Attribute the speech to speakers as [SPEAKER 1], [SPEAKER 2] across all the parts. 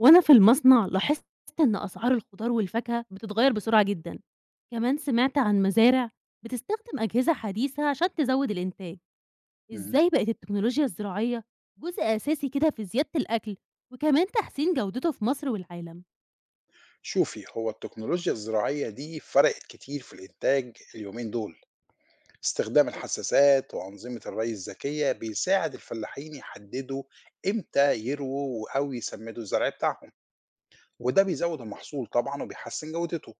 [SPEAKER 1] وأنا في المصنع لاحظت إن أسعار الخضار والفاكهة بتتغير بسرعة جدًا، كمان سمعت عن مزارع بتستخدم أجهزة حديثة عشان تزود الإنتاج،
[SPEAKER 2] إمم.
[SPEAKER 1] إزاي بقت التكنولوجيا الزراعية جزء أساسي كده في زيادة الأكل وكمان تحسين جودته في مصر والعالم؟
[SPEAKER 2] شوفي، هو التكنولوجيا الزراعية دي فرقت كتير في الإنتاج اليومين دول، استخدام الحساسات وأنظمة الري الذكية بيساعد الفلاحين يحددوا إمتى يرووا أو يسمّدوا الزرع بتاعهم، وده بيزوّد المحصول طبعًا وبيحسّن جودته،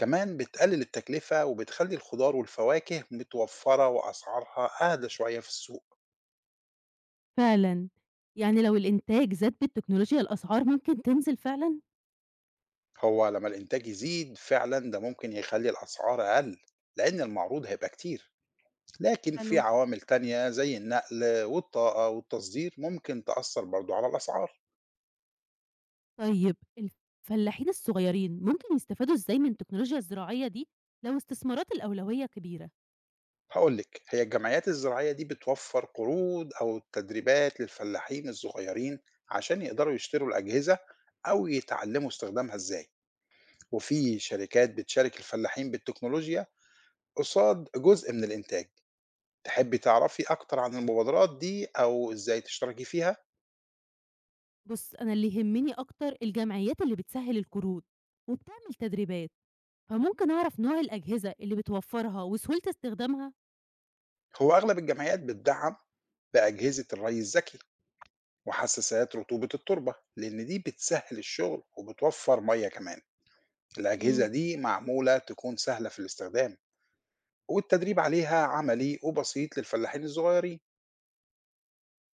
[SPEAKER 2] كمان بتقلل التكلفة وبتخلّي الخضار والفواكه متوفّرة وأسعارها أهدى شوية في السوق.
[SPEAKER 1] فعلًا، يعني لو الإنتاج زاد بالتكنولوجيا الأسعار ممكن تنزل فعلًا؟
[SPEAKER 2] هو لمّا الإنتاج يزيد فعلًا ده ممكن يخلّي الأسعار أقل، لإن المعروض هيبقى كتير. لكن في
[SPEAKER 1] حلو.
[SPEAKER 2] عوامل تانية زي النقل والطاقة والتصدير ممكن تأثر برضو على الأسعار.
[SPEAKER 1] طيب الفلاحين الصغيرين ممكن يستفادوا إزاي من التكنولوجيا الزراعية دي لو استثمارات الأولوية كبيرة؟
[SPEAKER 2] هقول لك، هي الجمعيات الزراعية دي بتوفر قروض أو تدريبات للفلاحين الصغيرين عشان يقدروا يشتروا الأجهزة أو يتعلموا استخدامها إزاي، وفي شركات بتشارك الفلاحين بالتكنولوجيا قصاد جزء من الإنتاج. تحبي تعرفي أكتر عن المبادرات دي أو إزاي تشتركي فيها؟
[SPEAKER 1] بُص، أنا اللي يهمني أكتر الجمعيات اللي بتسهّل القروض، وبتعمل تدريبات، فممكن أعرف نوع الأجهزة اللي بتوفّرها وسهولة استخدامها؟
[SPEAKER 2] هو أغلب الجمعيات بتدعم بأجهزة الري الذكي وحساسات رطوبة التربة، لأن دي بتسهل الشغل وبتوفر مية كمان.
[SPEAKER 1] إمم.
[SPEAKER 2] الأجهزة دي معمولة تكون سهلة في الاستخدام، والتدريب عليها عملي وبسيط للفلاحين الصغيرين.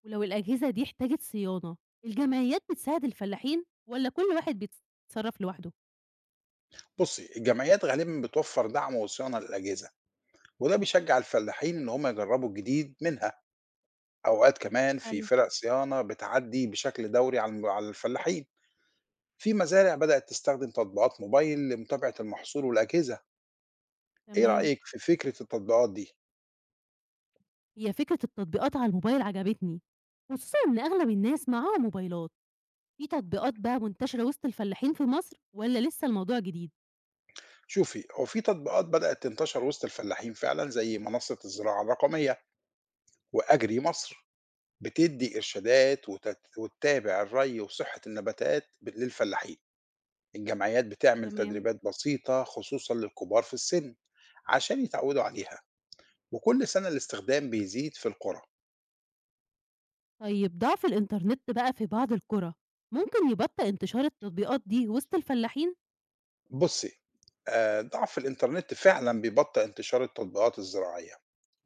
[SPEAKER 1] ولو الأجهزة دي احتاجت صيانة، الجمعيات بتساعد الفلاحين والّا كل واحد بيتصرّف لوحده؟
[SPEAKER 2] بصي، الجمعيات غالبا بتوفر دعم وصيانة للأجهزة، وده بيشجع الفلاحين إن هم يجربوا الجديد منها. أوقات كمان في
[SPEAKER 1] حلو.
[SPEAKER 2] فرق صيانة بتعدي بشكل دوري على على الفلاحين. في مزارع بدأت تستخدم تطبيقات موبايل لمتابعة المحصول والأجهزة. إيه
[SPEAKER 1] تمام.
[SPEAKER 2] رأيك في فكرة التطبيقات دي؟
[SPEAKER 1] هي فكرة التطبيقات على الموبايل عجبتني، خصوصًا إن أغلب الناس معاهم موبايلات، في تطبيقات بقى منتشرة وسط الفلاحين في مصر والّا لسه الموضوع جديد؟
[SPEAKER 2] شوفي، هو في تطبيقات بدأت تنتشر وسط الفلاحين فعلا، زي منصة الزراعة الرقمية وأجري مصر، بتدي إرشادات وتتابع الري وصحة النباتات للفلاحين. الجمعيات بتعمل
[SPEAKER 1] تمام.
[SPEAKER 2] تدريبات بسيطة خصوصا للكبار في السن عشان يتعودوا عليها، وكل سنة الاستخدام بيزيد في القرى.
[SPEAKER 1] طيب ضعف الإنترنت بقى في بعض القرى ممكن يبطئ انتشار التطبيقات دي وسط الفلاحين؟
[SPEAKER 2] بصي، آه، ضعف الإنترنت فعلا بيبطئ انتشار التطبيقات الزراعية،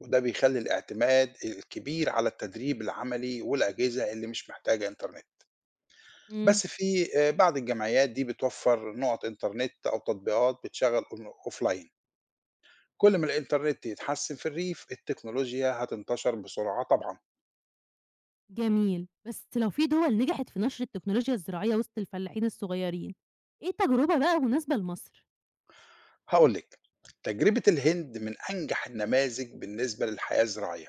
[SPEAKER 2] وده بيخلي الاعتماد الكبير على التدريب العملي والأجهزة اللي مش محتاجة إنترنت.
[SPEAKER 1] امم
[SPEAKER 2] بس في بعض الجمعيات دي بتوفّر نُقط إنترنت أو تطبيقات بتشغّل أون offline. كل ما الإنترنت يتحسّن في الريف، التكنولوجيا هتنتشر بسرعة طبعًا.
[SPEAKER 1] جميل. بس لو في دول نجحت في نشر التكنولوجيا الزراعية وسط الفلاحين الصغيرين ايه تجربة بقى مناسبة لمصر؟
[SPEAKER 2] هاقول لِك، تجربة الهند من أنجح النماذج بالنسبة للحياة الزراعية،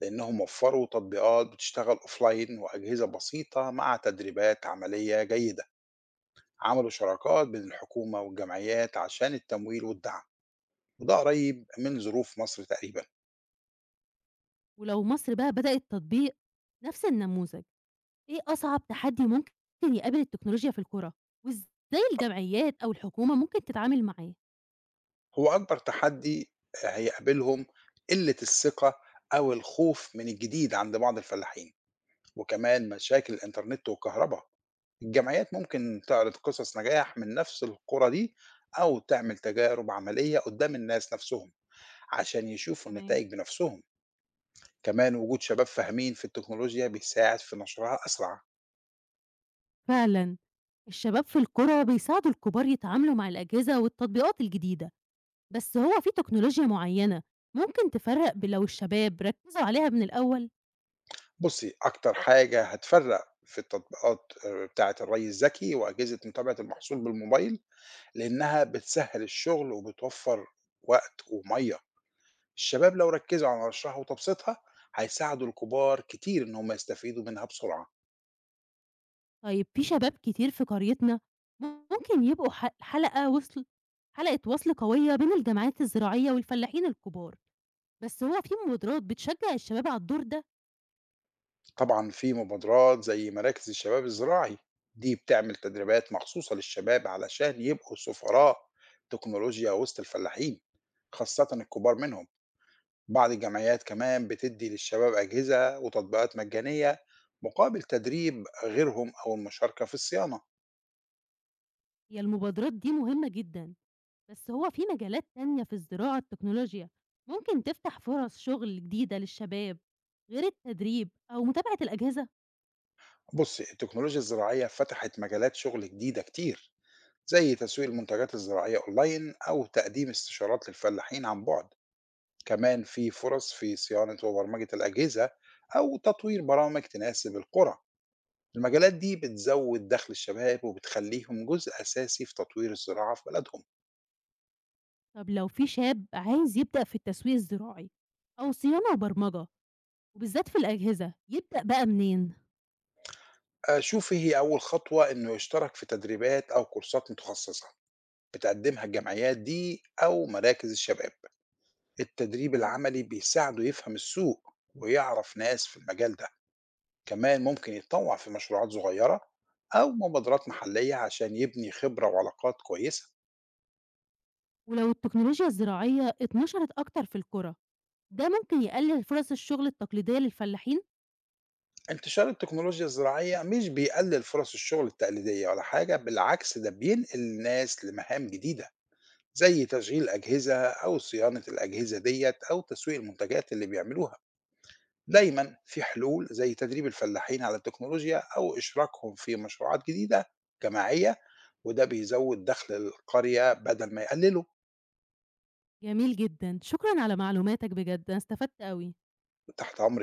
[SPEAKER 2] لإنهم وفّروا تطبيقات بتشتغل offline وأجهزة بسيطة مع تدريبات عملية جيدة. عملوا شراكات بين الحكومة والجمعيات عشان التمويل والدعم، وده قريّب من ظروف مصر تقريبًا.
[SPEAKER 1] ولو مصر بقى بدأت تطبيق نفس النموذج ايه أصعب تحدي ممكن يقابل التكنولوجيا في القرى؟ وازاي الجمعيات أو الحكومة ممكن تتعامل معاه؟
[SPEAKER 2] هو أكبر تحدي هيقابلهم قلة الثقة أو الخوف من الجديد عند بعض الفلاحين، وكمان مشاكل الإنترنت والكهرباء. الجمعيات ممكن تعرض قصص نجاح من نفس القرى دي، أو تعمل تجارب عملية قدام الناس نفسهم عشان يشوفوا
[SPEAKER 1] تمام.
[SPEAKER 2] النتائج بنفسهم. كمان وجود شباب فاهمين في التكنولوجيا بيساعد في نشرها أسرع.
[SPEAKER 1] فعلا، الشباب في القرى بيساعدوا الكبار يتعاملوا مع الأجهزة والتطبيقات الجديدة. بس هو في تكنولوجيا معيّنة ممكن تفرّق لو الشباب ركّزوا عليها من الأول؟
[SPEAKER 2] بصي، أكتر حاجة هتفرق في التطبيقات، آه، بتاعة الري الذكي وأجهزة متابعة المحصول بالموبايل، لأنها بتسهّل الشغل وبتوفّر وقت ومَيّة. الشباب لو ركّزوا على نشرها وتبسيطها، هيساعدوا الكبار كتير إن هم يستفيدوا منها بسرعة.
[SPEAKER 1] طيب في شباب كتير في قريتنا ممكن يبقوا حلقة وصل، قوية بين الجمعيات الزراعية والفلاحين الكبار، بس هو في مبادرات بتشجّع الشباب على الدور ده؟
[SPEAKER 2] طبعًا في مبادرات زي مراكز الشباب الزراعي، دي بتعمل تدريبات مخصوصة للشباب علشان يبقوا سفراء تكنولوجيا وسط الفلاحين، خاصةً الكبار منهم. بعض الجمعيات كمان بتدّي للشباب أجهزة وتطبيقات مجانية مقابل تدريب غيرهم أو المشاركة في الصيانة.
[SPEAKER 1] هي المبادرات دي مهمة جدًا، بس هو في مجالات تانية في الزراعة التكنولوجيا ممكن تفتح فرص شغل جديدة للشباب غير التدريب أو متابعة الأجهزة؟
[SPEAKER 2] بصي، التكنولوجيا الزراعية فتحت مجالات شغل جديدة كتير، زي تسويق المنتجات الزراعية أونلاين أو تقديم استشارات للفلاحين عن بعد. كمان في فرص في صيانة وبرمجة الأجهزة أو تطوير برامج تناسب القرى. المجالات دي بتزود دخل الشباب وبتخليهم جزء أساسي في تطوير الزراعة في بلدهم.
[SPEAKER 1] طب لو في شاب عايز يبدأ في التسويق الزراعي أو صيانة وبرمجة وبالذات في الأجهزة يبدأ بقى منين؟
[SPEAKER 2] آه، شوفي، هي أول خطوة إنه يشترك في تدريبات أو كورسات متخصصة بتقدمها الجمعيات دي أو مراكز الشباب. التدريب
[SPEAKER 1] حلو.
[SPEAKER 2] العملي بيساعده يفهم السوق ويعرف ناس في المجال ده. كمان ممكن يتطوع في مشروعات صغيرة أو مبادرات محلية عشان يبني خبرة وعلاقات كويسة.
[SPEAKER 1] ولو التكنولوجيا الزراعية اتنشرت أكتر في القرى ده ممكن يقلل فرص الشغل التقليدية للفلاحين؟
[SPEAKER 2] انتشار التكنولوجيا الزراعية مش بيقلل فرص الشغل التقليدية ولا حاجة، بالعكس ده بينقل الناس لمهام جديدة، زي تشغيل أجهزة أو صيانة الأجهزة ديت أو تسويق المنتجات اللي بيعملوها. دايما في حلول زي تدريب الفلاحين على التكنولوجيا أو إشراكهم في مشروعات جديدة جماعية، وده بيزود دخل القرية بدل ما يقلله.
[SPEAKER 1] جميل جدا، شكرا على معلوماتك بجد، أنا استفدت أوي.
[SPEAKER 2] تحت أمر.